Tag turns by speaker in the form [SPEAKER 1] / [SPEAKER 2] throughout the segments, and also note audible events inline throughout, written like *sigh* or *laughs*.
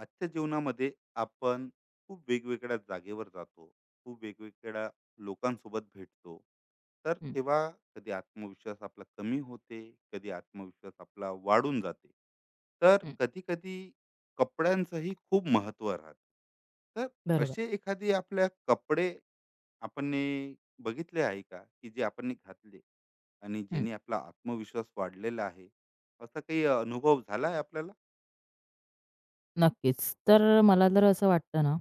[SPEAKER 1] आजच्या जीवनामध्ये आपण खूप वेगवेगळ्या जागेवर जातो. खूप वेगवेगळ्या लोकांसोबत भेटतो. तर
[SPEAKER 2] हं,
[SPEAKER 1] तेव्हा कधी आत्मविश्वास आपला कमी होते, कधी आत्मविश्वास आपला वाढून जाते. तर
[SPEAKER 2] हं.
[SPEAKER 1] कधी कधी कपड्यांचंही खूप महत्व राहते. तर
[SPEAKER 2] बरोबर.
[SPEAKER 1] असे एखादी आपल्या कपडे आपण ने बघितले आहे का, की जे आपण ने घातले आणि
[SPEAKER 2] हं,
[SPEAKER 1] जेणे आपला आत्मविश्वास वाढलेला आहे, असा काही अनुभव झाला आहे आपल्याला?
[SPEAKER 2] नक्कीच. तर मला तर असं वाटतं ना,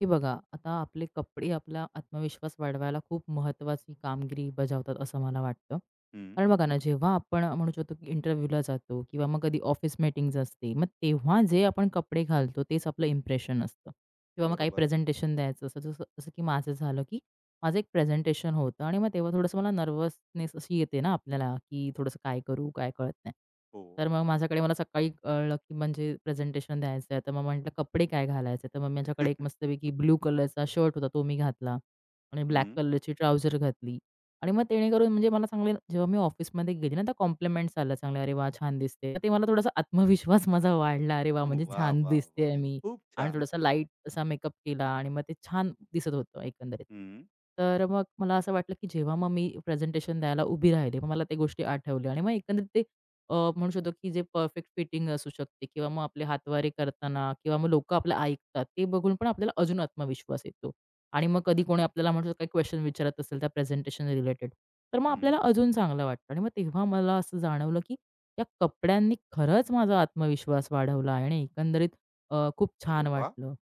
[SPEAKER 2] की बघा आता आपले कपडे आपला आत्मविश्वास वाढवायला खूप महत्त्वाची कामगिरी बजावतात असं मला वाटतं.
[SPEAKER 1] हम्म,
[SPEAKER 2] कारण बघा ना, जेव्हा आपण म्हणू शकतो, की इंटरव्ह्यूला जातो किंवा मग कधी ऑफिस मीटिंग्ज असते, मग तेव्हा जे आपण कपडे घालतो तेच आपलं इम्प्रेशन असतं किंवा मग काही
[SPEAKER 1] बरोबर.
[SPEAKER 2] प्रेझेंटेशन द्यायचं असतं, जसं जसं की माझं झालं, की माझं एक प्रेझेंटेशन होतं आणि मग तेव्हा थोडंसं मला नर्वसनेस अशी येते ना आपल्याला, की थोडंसं काय करू, काय कळत नाही.
[SPEAKER 1] हो.
[SPEAKER 2] तर मग माझ्याकडे मला सकाळी कळलं, की म्हणजे प्रेझेंटेशन द्यायचं आहे. तर मग म्हटलं कपडे काय घालायचे? तर मग माझ्याकडे एक मस्तपैकी ब्लू कलरचा शर्ट होता तो मी घातला आणि ब्लॅक
[SPEAKER 1] हं.
[SPEAKER 2] कलरची ट्राउझर घातली आणि मग जेणेकरून म्हणजे मला चांगले जेव्हा मी ऑफिसमध्ये गेली ना, तर कॉम्प्लिमेंट्स आल्या चांगल्या, "अरे वाह! छान दिसते." तर ते मला थोडासा आत्मविश्वास माझा वाढला. "अरे वाह! म्हणजे
[SPEAKER 1] वा
[SPEAKER 2] छान
[SPEAKER 1] वा वाह!
[SPEAKER 2] दिसतेय मी."
[SPEAKER 1] खूप
[SPEAKER 2] आणि
[SPEAKER 1] छान.
[SPEAKER 2] थोडासा लाईट तसा मेकअप केला आणि मग ते छान दिसत होतं एकंदरीत.
[SPEAKER 1] हं.
[SPEAKER 2] तर मग मला असं वाटलं, की जेव्हा मग मी प्रेझेंटेशन द्यायला उभी राहिले, मग मला त्या गोष्टी आठवल्या आणि मग एकंदरीत ते म्हणू शकतो, की जे परफेक्ट फिटिंग असू शकते किंवा मग आपले हातवारे करताना किंवा मग लोकं आपलं ऐकतात, ते बघून पण आपल्याला अजून आत्मविश्वास येतो. आणि मग कधी कोणी
[SPEAKER 1] नक्कीच.
[SPEAKER 2] आपल्याला म्हणू शकतो काही क्वेशन विचारत असेल त्या प्रेझेंटेशन रिलेटेड, तर मग
[SPEAKER 1] हं.
[SPEAKER 2] आपल्याला अजून चांगलं वाटतं आणि मग तेव्हा मला असं जाणवलं, की त्या कपड्यांनी खरंच माझा आत्मविश्वास वाढवला आहे आणि एकंदरीत खूप
[SPEAKER 1] अरे
[SPEAKER 2] छान
[SPEAKER 1] वाह!
[SPEAKER 2] वाटलं.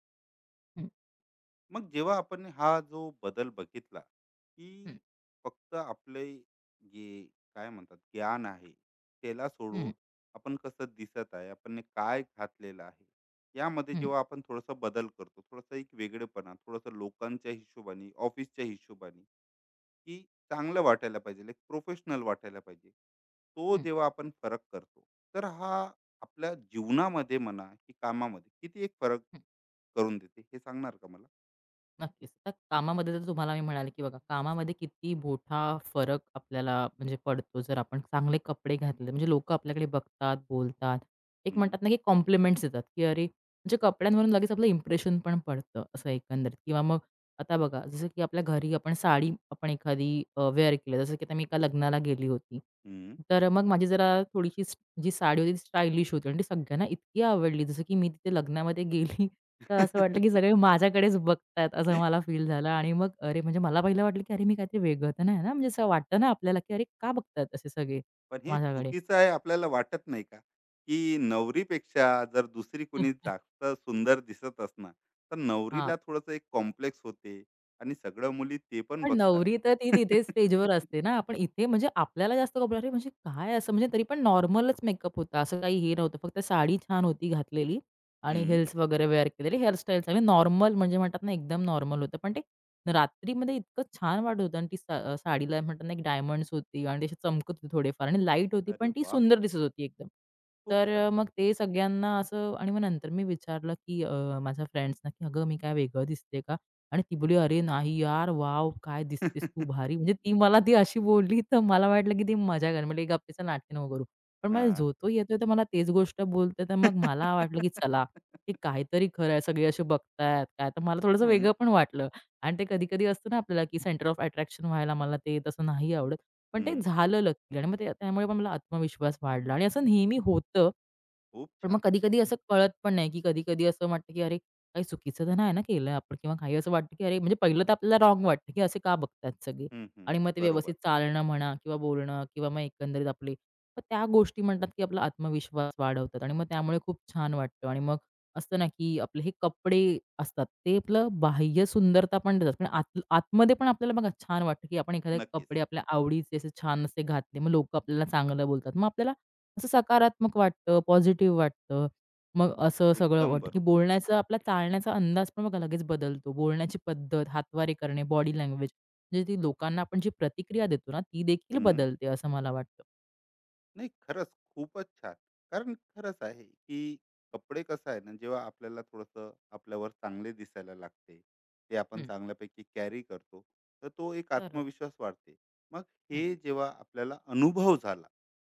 [SPEAKER 1] मग जेव्हा आपण हा जो बदल बघितला, की
[SPEAKER 2] हं,
[SPEAKER 1] फक्त आपले जे काय म्हणतात ज्ञान आहे त्याला
[SPEAKER 2] हं,
[SPEAKER 1] सोडून आपण कसं दिसत आहे, आपण काय घातलेलं आहे, यामध्ये
[SPEAKER 2] हं,
[SPEAKER 1] जेव्हा आपण थोडासा बदल करतो, थोडासा एक वेगळेपणा, थोडासा लोकांच्या हिशोबाने, ऑफिसच्या हिशोबाने, की चांगलं वाटायला पाहिजे, एक प्रोफेशनल वाटायला पाहिजे, तो
[SPEAKER 2] हं,
[SPEAKER 1] जेव्हा आपण फरक करतो, तर हा आपल्या जीवनामध्ये म्हणा की कामामध्ये किती एक फरक
[SPEAKER 2] हं.
[SPEAKER 1] करून देते, हे सांगणार का मला?
[SPEAKER 2] नक्कीच. तर कामामध्ये तर तुम्हाला मी म्हणाले, की बघा कामामध्ये किती मोठा फरक आपल्याला म्हणजे पडतो जर आपण चांगले कपडे घातले. म्हणजे लोकं आपल्याकडे बघतात, बोलतात. एक म्हणतात ना, की कॉम्प्लिमेंट्स देतात, की अरे म्हणजे कपड्यांवरून लगेच आपलं इम्प्रेशन पण पडतं असं एकंदरीत. किंवा मग आता बघा जसं की आपल्या घरी आपण साडी आपण एखादी वेअर केली. जसं की आता मी एका लग्नाला गेली होती.
[SPEAKER 1] हं.
[SPEAKER 2] तर मग माझी जरा थोडीशी जी साडी होती ती स्टायलिश होती आणि ती सगळ्यांना इतकी आवडली. जसं की मी तिथे लग्नामध्ये गेली तर असं वाटलं
[SPEAKER 1] *laughs*
[SPEAKER 2] की सगळे माझ्याकडेच बघतायत असं मला फील झालं आणि मग अरे, म्हणजे मला पहिलं वाटलं की अरे, मी काहीतरी वेगळं तर नाही ना, म्हणजे असं वाटतं ना आपल्याला की अरे, का बघतायत असे सगळे
[SPEAKER 1] पण हे
[SPEAKER 2] माझ्याकडे?
[SPEAKER 1] चुकीचं आहे आपल्याला वाटत नाही का? की नवरीपेक्षा जर दुसरी
[SPEAKER 2] हं.
[SPEAKER 1] कोणी जास्त सुंदर दिसत असणार, तर नवरीला थोडंसं एक कॉम्प्लेक्स होते आणि सगळ्या मुली ते पण
[SPEAKER 2] पण नवरी तर ती
[SPEAKER 1] बघतात.
[SPEAKER 2] तिथे स्टेजवर
[SPEAKER 1] *laughs*
[SPEAKER 2] असते ना. आपण इथे म्हणजे आपल्याला जास्त घाबरवलं, "अरे, म्हणजे काय असं?" म्हणजे तरी पण नॉर्मलच मेकअप होता. असं काही हे नव्हतं. फक्त साडी छान होती घातलेली आणि
[SPEAKER 1] हं.
[SPEAKER 2] हिल्स वगैरे वेअर केलेले. हेअरस्टाईल चांगली नॉर्मल म्हणजे म्हणतात ना, एकदम नॉर्मल होतं. पण ते रात्रीमध्ये इतकं छान वाटत होतं आणि ती साडीला म्हणतात ना, एक डायमंड्स होती आणि ते असे चमकत होते थोडेफार आणि लाईट होती,
[SPEAKER 1] अरे
[SPEAKER 2] पण ती
[SPEAKER 1] वा,
[SPEAKER 2] सुंदर दिसत होती एकदम.
[SPEAKER 1] खूप
[SPEAKER 2] तर
[SPEAKER 1] छान.
[SPEAKER 2] मग ते सगळ्यांना असं आणि मग नंतर मी विचारलं, की माझ्या फ्रेंड्सना, की "अगं, मी काय वेगळं दिसते का?" आणि ती बोलली, "अरे नाही यार, वॉव! काय दिसतेस तू भारी." म्हणजे ती
[SPEAKER 1] *laughs*
[SPEAKER 2] मला ती अशी बोलली, तर मला वाटलं की ती मजाक आहे. म्हटलं, "गप्प चल, नाटके नको करू." पण मला
[SPEAKER 1] हां.
[SPEAKER 2] झोतो येतोय, तर मला तेच गोष्ट बोलते, तर मग मला वाटलं की चला, हे काहीतरी खरं आहे, सगळे असे बघतायत काय, तर मला थोडंसं
[SPEAKER 1] हं,
[SPEAKER 2] वेगळं पण वाटलं. आणि ते कधी-कधी असतं ना आपल्याला की सेंटर ऑफ अट्रॅक्शन व्हायला मला ते तसं नाही आवडत. पण ते
[SPEAKER 1] हं. *laughs*
[SPEAKER 2] झालं लकीली आणि मग ते त्यामुळे पण मला आत्मविश्वास वाढला आणि असं नेहमी होतं.
[SPEAKER 1] खूप
[SPEAKER 2] पण मग
[SPEAKER 1] छान.
[SPEAKER 2] कधी-कधी असं कळत पण नाही की कधी-कधी असं वाटतं की "अरे, काही चुकीचं तर नाही ना केलं आपण किंवा काही असं वाटतं की अरे म्हणजे पहिलं तर आपल्याला रॉंग वाटतं की असे का बघतात सगळे
[SPEAKER 1] हं, हं.
[SPEAKER 2] आणि मग ते व्यवस्थित
[SPEAKER 1] बरोबर.
[SPEAKER 2] चालणं म्हणा किंवा बोलणं किंवा मग एकंदरीत आपली मग त्या गोष्टी म्हणतात की आपला आत्मविश्वास वाढवतात आणि मग त्यामुळे खूप छान वाटतं आणि मग असतं ना की आपले हे कपडे असतात ते आपलं बाह्य सुंदरता पण देतात पण आत आतमध्ये पण आपल्याला बघा छान वाटतं की आपण एखादे
[SPEAKER 1] नक्कीच.
[SPEAKER 2] कपडे आपल्या आवडीचे असे छान असे घातले मग लोक आपल्याला चांगलं बोलतात मग आपल्याला असं सकारात्मक वाटतं पॉझिटिव्ह वाटतं मग असं सगळं
[SPEAKER 1] एकदम
[SPEAKER 2] वाटतं, की
[SPEAKER 1] बरोबर.
[SPEAKER 2] बोलण्याचा आपला चालण्याचा अंदाज पण बघा लगेच बदलतो. बोलण्याची पद्धत, हातवारे करणे, बॉडी लँग्वेज म्हणजे ती लोकांना आपण जी प्रतिक्रिया देतो ना, ती देखील
[SPEAKER 1] हं.
[SPEAKER 2] बदलते असं मला वाटतं.
[SPEAKER 1] नाही, खरंच खूपच छान. कारण खरंच आहे, की कपडे कसं आहे ना, जेव्हा आपल्याला थोडंसं आपल्यावर चांगले दिसायला लागते, ते आपण
[SPEAKER 2] हं,
[SPEAKER 1] चांगल्यापैकी कॅरी करतो, तर तो एक
[SPEAKER 2] बरोबर.
[SPEAKER 1] आत्मविश्वास वाढते. मग
[SPEAKER 2] हं,
[SPEAKER 1] हे जेव्हा आपल्याला अनुभव झाला,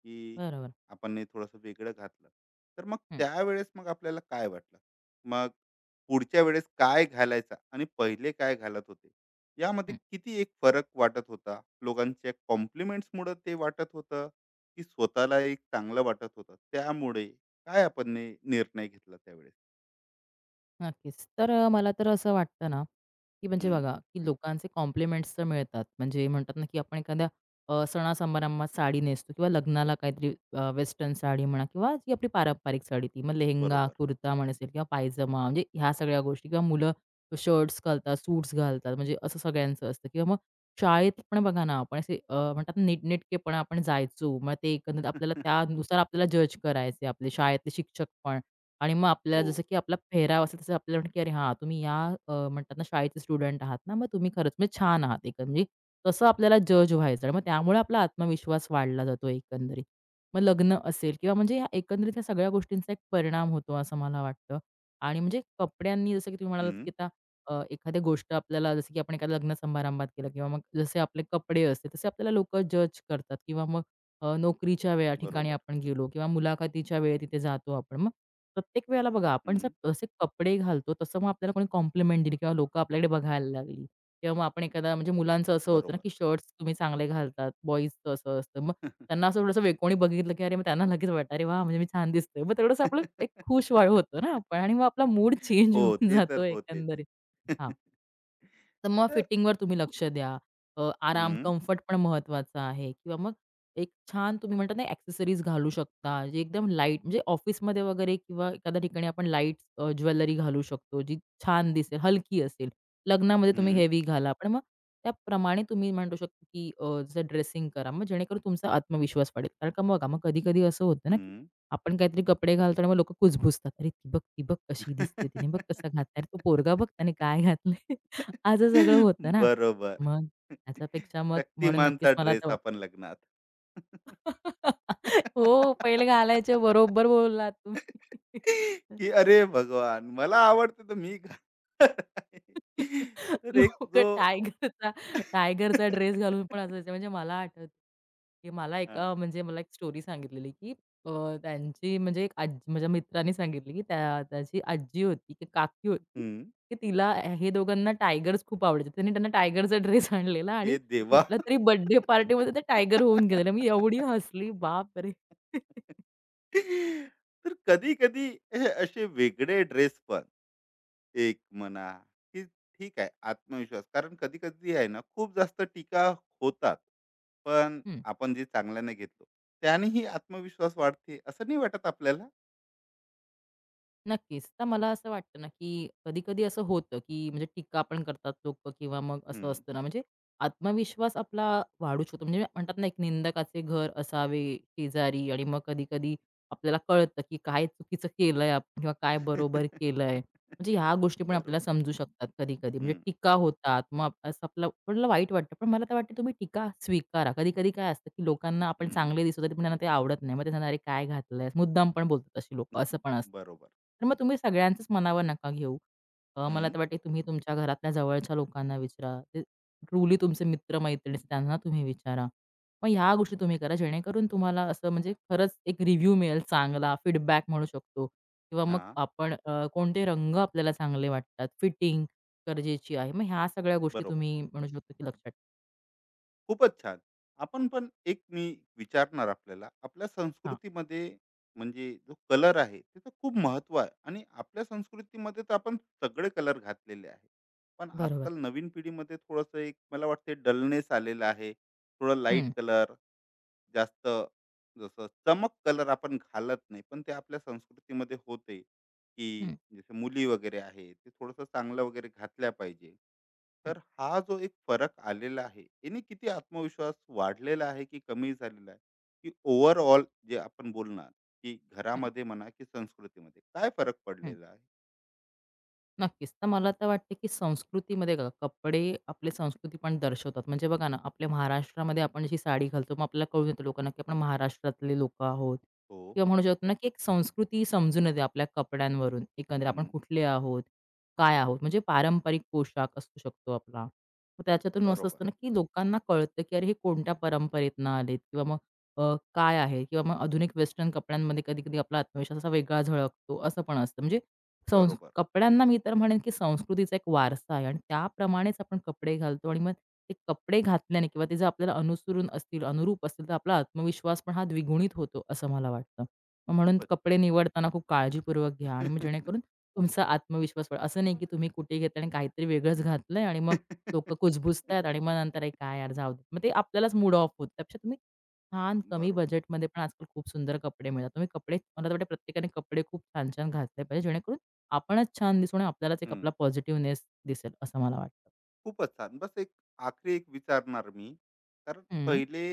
[SPEAKER 1] की
[SPEAKER 2] बरोबर.
[SPEAKER 1] आपण हे थोडंसं वेगळं घातलं, तर मग
[SPEAKER 2] हं.
[SPEAKER 1] त्यावेळेस मग आपल्याला काय वाटलं? मग पुढच्या वेळेस काय घालायचा आणि पहिले काय घालत होते, यामध्ये किती एक फरक वाटत होता? लोकांच्या कॉम्प्लिमेंट्समुळं ते वाटत होतं की स्वतःला एक चांगलं वाटत होतं. त्यामुळे काय आपण निर्णय घेतला त्यावेळेस?
[SPEAKER 2] नक्कीच. तर मला तर असं वाटतं ना, की म्हणजे
[SPEAKER 1] हं,
[SPEAKER 2] बघा, की लोकांचे कॉम्प्लिमेंट्स तर मिळतात. म्हणजे म्हणतात ना, की आपण एखाद्या सणा-समारंभात साडी नेसतो किंवा लग्नाला काहीतरी वेस्टर्न साडी म्हणा किंवा जी आपली पारंपरिक साडी ती मग लेहेंगा,
[SPEAKER 1] बरोबर.
[SPEAKER 2] कुर्ता म्हण असेल किंवा पायजमा म्हणजे ह्या सगळ्या गोष्टी किंवा मुलं शर्ट्स घालतात, सूट्स घालतात म्हणजे असं सगळ्यांचं असतं किंवा मग शाळेत पण बघा ना, आपण असे म्हणतात ना, नीटनेटकेपणा आपण जायचो. मग ते एकंदरीत आपल्याला
[SPEAKER 1] *laughs*
[SPEAKER 2] त्यानुसार आपल्याला जज करायचे आपले शाळेतले शिक्षक पण आणि मग
[SPEAKER 1] हो.
[SPEAKER 2] आपल्याला जसं की आपला पेहराव असेल तसं आपल्याला म्हणतात की "अरे हां, तुम्ही या म्हणतात ना शाळेचे स्टुडंट आहात ना, मग तुम्ही खरंच म्हणजे छान आहात." एक म्हणजे तसं आपल्याला जज व्हायचं आणि मग त्यामुळे आपला आत्मविश्वास वाढला जातो एकंदरीत. मग लग्न असेल किंवा म्हणजे या एकंदरीत या सगळ्या गोष्टींचा एक परिणाम होतो असं मला वाटतं. आणि म्हणजे कपड्यांनी जसं की तुम्ही म्हणालात
[SPEAKER 1] हं,
[SPEAKER 2] की आता एखाद्या गोष्ट आपल्याला जसं की आपण एखाद्या लग्न समारंभात केलं किंवा मग जसे आपले कपडे असते तसे आपल्याला लोकं जज करतात किंवा मग नोकरीच्या वेळा ठिकाणी
[SPEAKER 1] बरोबर.
[SPEAKER 2] आपण गेलो किंवा मुलाखतीच्या वेळी तिथे जातो आपण मग प्रत्येक वेळेला बघा, आपण जर
[SPEAKER 1] हं,
[SPEAKER 2] तसे कपडे घालतो, तसं मग आपल्याला कोणी कॉम्प्लिमेंट दिली किंवा लोकं आपल्याकडे बघायला लागली किंवा मग आपण एखादा म्हणजे मुलांचं असं होतं ना,
[SPEAKER 1] बरोबर.
[SPEAKER 2] की शर्ट्स तुम्ही चांगले घालतात, बॉईजचं असं असतं. मग त्यांना असं थोडंसं कोणी बघितलं, की अरे मग त्यांना लगेच वाटतं, "अरे वाह! म्हणजे मी छान दिसतोय." मग तेवढंसं आपलं एक खुश होतो ना आपण
[SPEAKER 1] *laughs*
[SPEAKER 2] आणि मग आपला मूड चेंज *laughs*
[SPEAKER 1] हो,
[SPEAKER 2] होऊन
[SPEAKER 1] ते तर
[SPEAKER 2] जातो
[SPEAKER 1] होतेच.
[SPEAKER 2] एकंदरीत. हां.
[SPEAKER 1] *laughs*
[SPEAKER 2] तर मग
[SPEAKER 1] तर
[SPEAKER 2] फिटिंगवर तुम्ही लक्ष द्या. आराम,
[SPEAKER 1] हं,
[SPEAKER 2] कम्फर्ट पण महत्त्वाचा आहे किंवा मग एक छान तुम्ही म्हणता ना एक्सेसरीज घालू शकता, जे एकदम लाईट म्हणजे ऑफिसमध्ये वगैरे किंवा एखाद्या ठिकाणी आपण लाईट ज्वेलरी घालू शकतो, जी छान दिसेल, हलकी असेल. लग्नामध्ये तुम्ही
[SPEAKER 1] हं,
[SPEAKER 2] हेवी घाला, पण मग त्याप्रमाणे तुम्ही म्हणू शकता, की जसं ड्रेसिंग करा, मग जेणेकरून तुमचा आत्मविश्वास वाढेल. कारण का बघा, मग कधी-कधी असं होतं ना, की
[SPEAKER 1] हं.
[SPEAKER 2] आपण काहीतरी कपडे घालतो आणि मग लोकं कुजबुजतात. "अरे, ती बघ, ती बघ कशी दिसते, तिने बघ कसं घातलं. अरे, तो पोरगा बघ
[SPEAKER 1] *laughs*
[SPEAKER 2] त्याने काय घातलंय." असं सगळं होतं ना.
[SPEAKER 1] बरोबर.
[SPEAKER 2] मग त्याच्यापेक्षा मग म्हणून
[SPEAKER 1] शक्तिमानचा
[SPEAKER 2] नक्कीच मला
[SPEAKER 1] ड्रेस
[SPEAKER 2] तर वाटतं
[SPEAKER 1] आपण लग्नात.
[SPEAKER 2] *laughs* हो, पैल घालायचे.
[SPEAKER 1] *laughs*
[SPEAKER 2] बरोबर बोललात
[SPEAKER 1] *laughs*
[SPEAKER 2] तुम्ही.
[SPEAKER 1] की अरे भगवान, मला आवडतं तर मी का. *laughs*
[SPEAKER 2] *laughs*
[SPEAKER 1] तर एक
[SPEAKER 2] लोकं
[SPEAKER 1] जो.
[SPEAKER 2] टायगरचा टायगरचा ड्रेस घालून पण
[SPEAKER 1] *laughs*
[SPEAKER 2] असायचे. म्हणजे मला आठवतं, की मला एक
[SPEAKER 1] हा.
[SPEAKER 2] म्हणजे मला एक स्टोरी सांगितलेली, की त्यांची म्हणजे एक आजी माझ्या मित्राने सांगितली, की त्याची आजी होती, की काकी होती,
[SPEAKER 1] हम्म.
[SPEAKER 2] की तिला हे दोघांना टायगर्स खूप आवडायचे. त्यांनी त्यांना टायगरचा ड्रेस आणलेला आणि
[SPEAKER 1] हे देवा. *laughs*
[SPEAKER 2] कुठल्यातरी बर्थडे पार्टीमध्ये ते टायगर होऊन गेलेले. मी एवढी हसली, बापरे! हं.
[SPEAKER 1] तर कधी कधी हे असे वेगळे ड्रेस पण एक म्हणा, की ठीक आहे आत्मविश्वास, कारण कधी कधी आहे ना, खूप जास्त टीका होतात. पण
[SPEAKER 2] *laughs*
[SPEAKER 1] आपण जे चांगल्याने घेतलो त्यानेही आत्मविश्वास वाढते, असं नाही वाटत आपल्याला?
[SPEAKER 2] नक्कीच. तर मला असं वाटतं ना, की कधी-कधी असं होतं, की म्हणजे टीका पण करतात लोकं किंवा मग असं
[SPEAKER 1] हं.
[SPEAKER 2] असतं ना, म्हणजे आत्मविश्वास आपला वाढू शकतो. म्हणजे म्हणतात ना, एक निंदकाचे घर असावे शेजारी आणि मग कधी-कधी आपल्याला कळतं, की काय चुकीचं केलंय आपण किंवा काय बरोबर केलंय.
[SPEAKER 1] *laughs*
[SPEAKER 2] म्हणजे ह्या गोष्टी पण आपल्याला
[SPEAKER 1] बरोबर.
[SPEAKER 2] समजू शकतात कधी-कधी. म्हणजे
[SPEAKER 1] हं,
[SPEAKER 2] टीका होतात. मग असं आपल्याला थोडं वाईट वाटतं. पण मला तर वाटतं तुम्ही टीका स्वीकारा. कधी-कधी काय असतं, की लोकांना आपण
[SPEAKER 1] हं.
[SPEAKER 2] चांगले दिसतो तरी पण त्यांना ते आवडत नाही. मग ते सांगणार, "अरे काय घातलंयस?" मुद्दाम पण बोलतात अशी लोकं, असं पण असतं.
[SPEAKER 1] बरोबर.
[SPEAKER 2] तर मग तुम्ही सगळ्यांचंच मनावर नका घेऊ. मला
[SPEAKER 1] हं.
[SPEAKER 2] तर वाटते तुम्ही तुमच्या घरातल्या जवळच्या लोकांना विचारा. ते ट्रुली तुमचे मित्र-मैत्रिणी असतात, त्यांना तुम्ही विचारा. मग ह्या गोष्टी तुम्ही करा जेणेकरून तुम्हाला असं म्हणजे खरंच एक रिव्ह्यू मिळेल चांगला, फीडबॅक म्हणू शकतो. किंवा मग
[SPEAKER 1] हां,
[SPEAKER 2] आपण कोणते रंग आपल्याला चांगले वाटतात, फिटिंग गरजेची आहे. मग ह्या सगळ्या गोष्टी
[SPEAKER 1] बरोबर.
[SPEAKER 2] तुम्ही म्हणू शकतो की लक्षात
[SPEAKER 1] खूपच छान. आपण पण एक मी विचारणार आपल्याला, आपल्या
[SPEAKER 2] हां.
[SPEAKER 1] संस्कृतीमध्ये म्हणजे जो कलर आहे, त्याचं खूप महत्त्व आहे आणि आपल्या संस्कृतीमध्ये तर आपण सगळे कलर घातलेले आहे. पण
[SPEAKER 2] बरोबर.
[SPEAKER 1] आजकाल नवीन पिढीमध्ये थोडंसं एक मला वाटते डलनेस आलेला आहे. थोडं लाईट
[SPEAKER 2] हं,
[SPEAKER 1] कलर, जास्त जसं चमक कलर आपण घालत नाही, पण ते आपल्या संस्कृतीमध्ये होते. की
[SPEAKER 2] हं,
[SPEAKER 1] जसं मुली वगैरे आहे, ते थोडंसं चांगलं वगैरे घातल्या पाहिजे.
[SPEAKER 2] हं,
[SPEAKER 1] तर हा जो एक फरक आलेला आहे, याने किती आत्मविश्वास वाढलेला आहे की कमी झालेला आहे? की ओव्हरऑल जे आपण बोलणार, की
[SPEAKER 2] हं,
[SPEAKER 1] घरामध्ये म्हणा की संस्कृतीमध्ये काय फरक
[SPEAKER 2] हं.
[SPEAKER 1] पडलेला आहे?
[SPEAKER 2] नक्कीच. तर मला तर वाटतं, की संस्कृतीमध्ये बघा कपडे आपली संस्कृती पण दर्शवतात. म्हणजे बघा ना, आपल्या महाराष्ट्रामध्ये आपण जी साडी घालतो, मग आपल्याला कळून येतं लोकांना, की आपण महाराष्ट्रातले लोकं आहोत
[SPEAKER 1] हो.
[SPEAKER 2] किंवा म्हणू शकतो ना, की एक संस्कृती समजून येते आपल्या कपड्यांवरून. एकंदरीत आपण
[SPEAKER 1] हं.
[SPEAKER 2] कुठले आहोत, काय आहोत. म्हणजे पारंपरिक पोशाख असू शकतो आपला. मग त्याच्यातून असं
[SPEAKER 1] बरोबर,
[SPEAKER 2] असतं ना, की लोकांना कळतं, की अरे हे कोणत्या परंपरेतनं आलेत किंवा मग अ, काय आहे किंवा मग आधुनिक वेस्टर्न कपड्यांमध्ये कधी-कधी आपला आत्मविश्वास असा वेगळा झळकतो, असं पण असतं. म्हणजे
[SPEAKER 1] बरोबर.
[SPEAKER 2] कपड्यांना मी तर म्हणेन, की संस्कृतीचा एक वारसा आहे आणि त्याप्रमाणेच आपण कपडे घालतो आणि मग ते कपडे घातल्याने किंवा ते जर आपल्याला अनुसरून असतील, अनुरूप असतील, तर आपला आत्मविश्वास पण हा द्विगुणित होतो, असं मला वाटतं. मग म्हणून
[SPEAKER 1] खूपच.
[SPEAKER 2] कपडे निवडताना खूप काळजीपूर्वक घ्या आणि मग जेणेकरून तुमचा आत्मविश्वास वाढेल. असं नाही, की तुम्ही कुठे घेताय आणि काहीतरी वेगळंच घातलंय आणि मग लोकं कुजबुजतायत आणि मग नंतर
[SPEAKER 1] *laughs*
[SPEAKER 2] "अरे, काय यार, जाऊ दे." मग ते आपल्यालाच मूड ऑफ होतं. त्यापेक्षा तुम्ही छान कमी
[SPEAKER 1] बरोबर.
[SPEAKER 2] बजेटमध्ये पण आजकाल खूप सुंदर कपडे मिळतात. तुम्ही कपडे मला तर वाटतं प्रत्येकाने कपडे खूप छान-छान घातले पाहिजे जेणेकरून आपणच छान दिसू आणि आपल्यालाच एक
[SPEAKER 1] हं.
[SPEAKER 2] आपला पॉझिटिव्हनेस दिसेल असं मला वाटतं.
[SPEAKER 1] खूपच छान. बस एक आखरी एक विचारणार मी. कारण
[SPEAKER 2] हं,
[SPEAKER 1] पहिले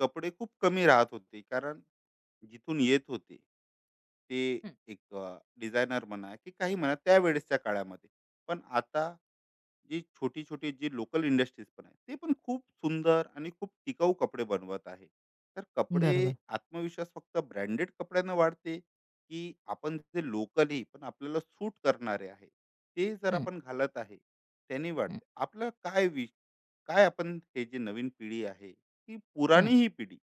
[SPEAKER 1] कपडे खूप कमी राहत होते. कारण जिथून येत होते, ते
[SPEAKER 2] हं.
[SPEAKER 1] एक डिझायनर म्हणा की काही म्हणा त्यावेळेसच्या काळामध्ये. पण आता जी छोटी छोटी जी लोकल इंडस्ट्रीज पण आहे, ते पण खूप सुंदर आणि खूप टिकाऊ कपडे बनवत आहे. तर कपडे
[SPEAKER 2] बरोबर.
[SPEAKER 1] आत्मविश्वास फक्त ब्रँडेड कपड्यानं वाढते की आपण जे लोकली पण आपल्याला सूट करणारे आहे, ते जर
[SPEAKER 2] हं,
[SPEAKER 1] आपण घालत आहे त्याने
[SPEAKER 2] हं,
[SPEAKER 1] वाढते आपलं काय काय? आपण हे जे नवीन पिढी आहे की
[SPEAKER 2] हं,
[SPEAKER 1] पुराणी ही पिढी,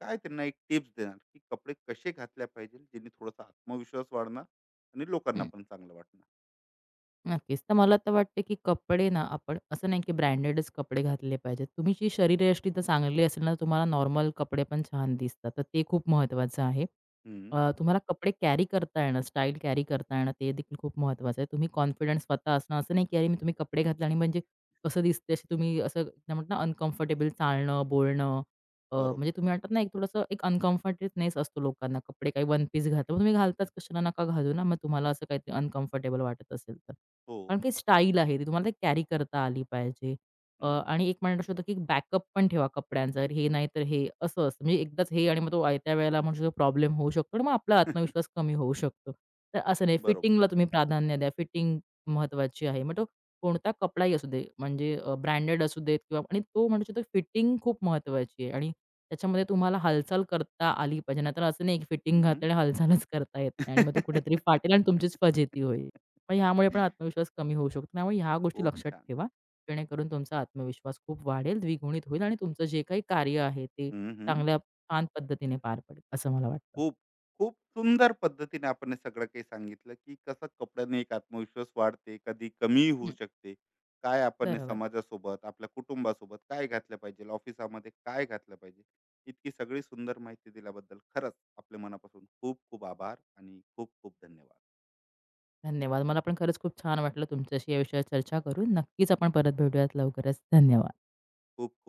[SPEAKER 1] काय त्यांना एक टिप्स देणार, की कपडे कसे घातल्या पाहिजे ज्यांनी थोडासा आत्मविश्वास वाढणार आणि लोकांना
[SPEAKER 2] हं.
[SPEAKER 1] पण चांगलं वाटणार?
[SPEAKER 2] नक्कीच. तर मला तर वाटतं, की कपडे ना आपण असं नाही, की ब्रँडेडच कपडे घातले पाहिजेत. तुमची शरीरयष्टी तर चांगली असेल ना, तुम्हाला नॉर्मल कपडे पण छान दिसतात. तर ते खूप महत्त्वाचं आहे.
[SPEAKER 1] हम्म.
[SPEAKER 2] तुम्हाला कपडे कॅरी करता येणं, स्टाईल कॅरी करता येणं ते देखील खूप महत्त्वाचं आहे. तुम्ही कॉन्फिडन्स स्वतः असणं, असं नाही, की अरे, मी तुम्ही कपडे घातले आणि म्हणजे कसं दिसते असे तुम्ही असं काय म्हणतात ना, अनकम्फर्टेबल चालणं, बोलणं म्हणजे
[SPEAKER 1] बरोबर.
[SPEAKER 2] तुम्ही म्हणतात ना, एक थोडंसं एक अनकम्फर्टेबनेस असतो लोकांना. कपडे काही वन पीस घातलं, मग तुम्ही घालताच कशाला, नका घालू ना. मग तुम्हाला असं काहीतरी अनकम्फर्टेबल वाटत असेल तर.
[SPEAKER 1] हो.
[SPEAKER 2] कारण काही स्टाईल आहे ती तुम्हाला कॅरी करता आली पाहिजे.
[SPEAKER 1] हम्म.
[SPEAKER 2] आणि एक म्हणू शकतो, की बॅकअप पण ठेवा कपड्यांचा. अरे हे नाही तर हे असं असतं. म्हणजे एकदाच हे आणि मग तो आयत्या वेळेला म्हणू शकतो प्रॉब्लेम होऊ शकतो आणि मग आपला आत्मविश्वास
[SPEAKER 1] *laughs*
[SPEAKER 2] कमी होऊ शकतो. तर असं नाही
[SPEAKER 1] बरोबर.
[SPEAKER 2] फिटिंगला तुम्ही प्राधान्य द्या. फिटिंग महत्त्वाची आहे. मग तो कोणता कपडाही असू दे म्हणजे ब्रँडेड असू देत किंवा आणि तो म्हणू शकतो फिटिंग खूप महत्त्वाची आहे आणि त्याच्यामध्ये तुम्हाला हालचाल करता आली पाहिजे. नाहीतर असं नाही, की फिटिंग घातली
[SPEAKER 1] हं.
[SPEAKER 2] आणि हालचालच करता येत नाही आणि मग
[SPEAKER 1] *laughs*
[SPEAKER 2] तो कुठेतरी फाटेल आणि तुमचीच फजिती होईल. मग ह्यामुळे पण आत्मविश्वास कमी होऊ शकतो. त्यामुळे ह्या गोष्टी
[SPEAKER 1] खूप
[SPEAKER 2] लक्षात
[SPEAKER 1] छान.
[SPEAKER 2] ठेवा. जेणेकरून तुमचा आत्मविश्वास खूप वाढेल, द्विगुणित होईल आणि तुमचं जे काही कार्य आहे ते
[SPEAKER 1] हं, हं.
[SPEAKER 2] चांगल्या छान पद्धतीने पार पडेल, असं मला वाटतं.
[SPEAKER 1] खूप, खूप सुंदर पद्धतीने आपण हे सगळं काही सांगितलं, की कसं कपड्याने एक आत्मविश्वास वाढते, कधी कमी होऊ
[SPEAKER 2] हं,
[SPEAKER 1] शकते. काय आपण हे
[SPEAKER 2] बरोबर.
[SPEAKER 1] समाजासोबत, आपल्या कुटुंबासोबत काय घातलं पाहिजे, ऑफिसामध्ये काय घातलं पाहिजे. इतकी सगळी सुंदर माहिती दिल्याबद्दल खरंच आपल्या मनापासून खूप खूप आभार आणि खूप खूप धन्यवाद.
[SPEAKER 2] धन्यवाद. मला पण खरंच खूप छान वाटलं तुमच्याशी या विषयावर चर्चा करून. नक्कीच आपण परत भेटूयात लवकरच. धन्यवाद.
[SPEAKER 1] खूप खूप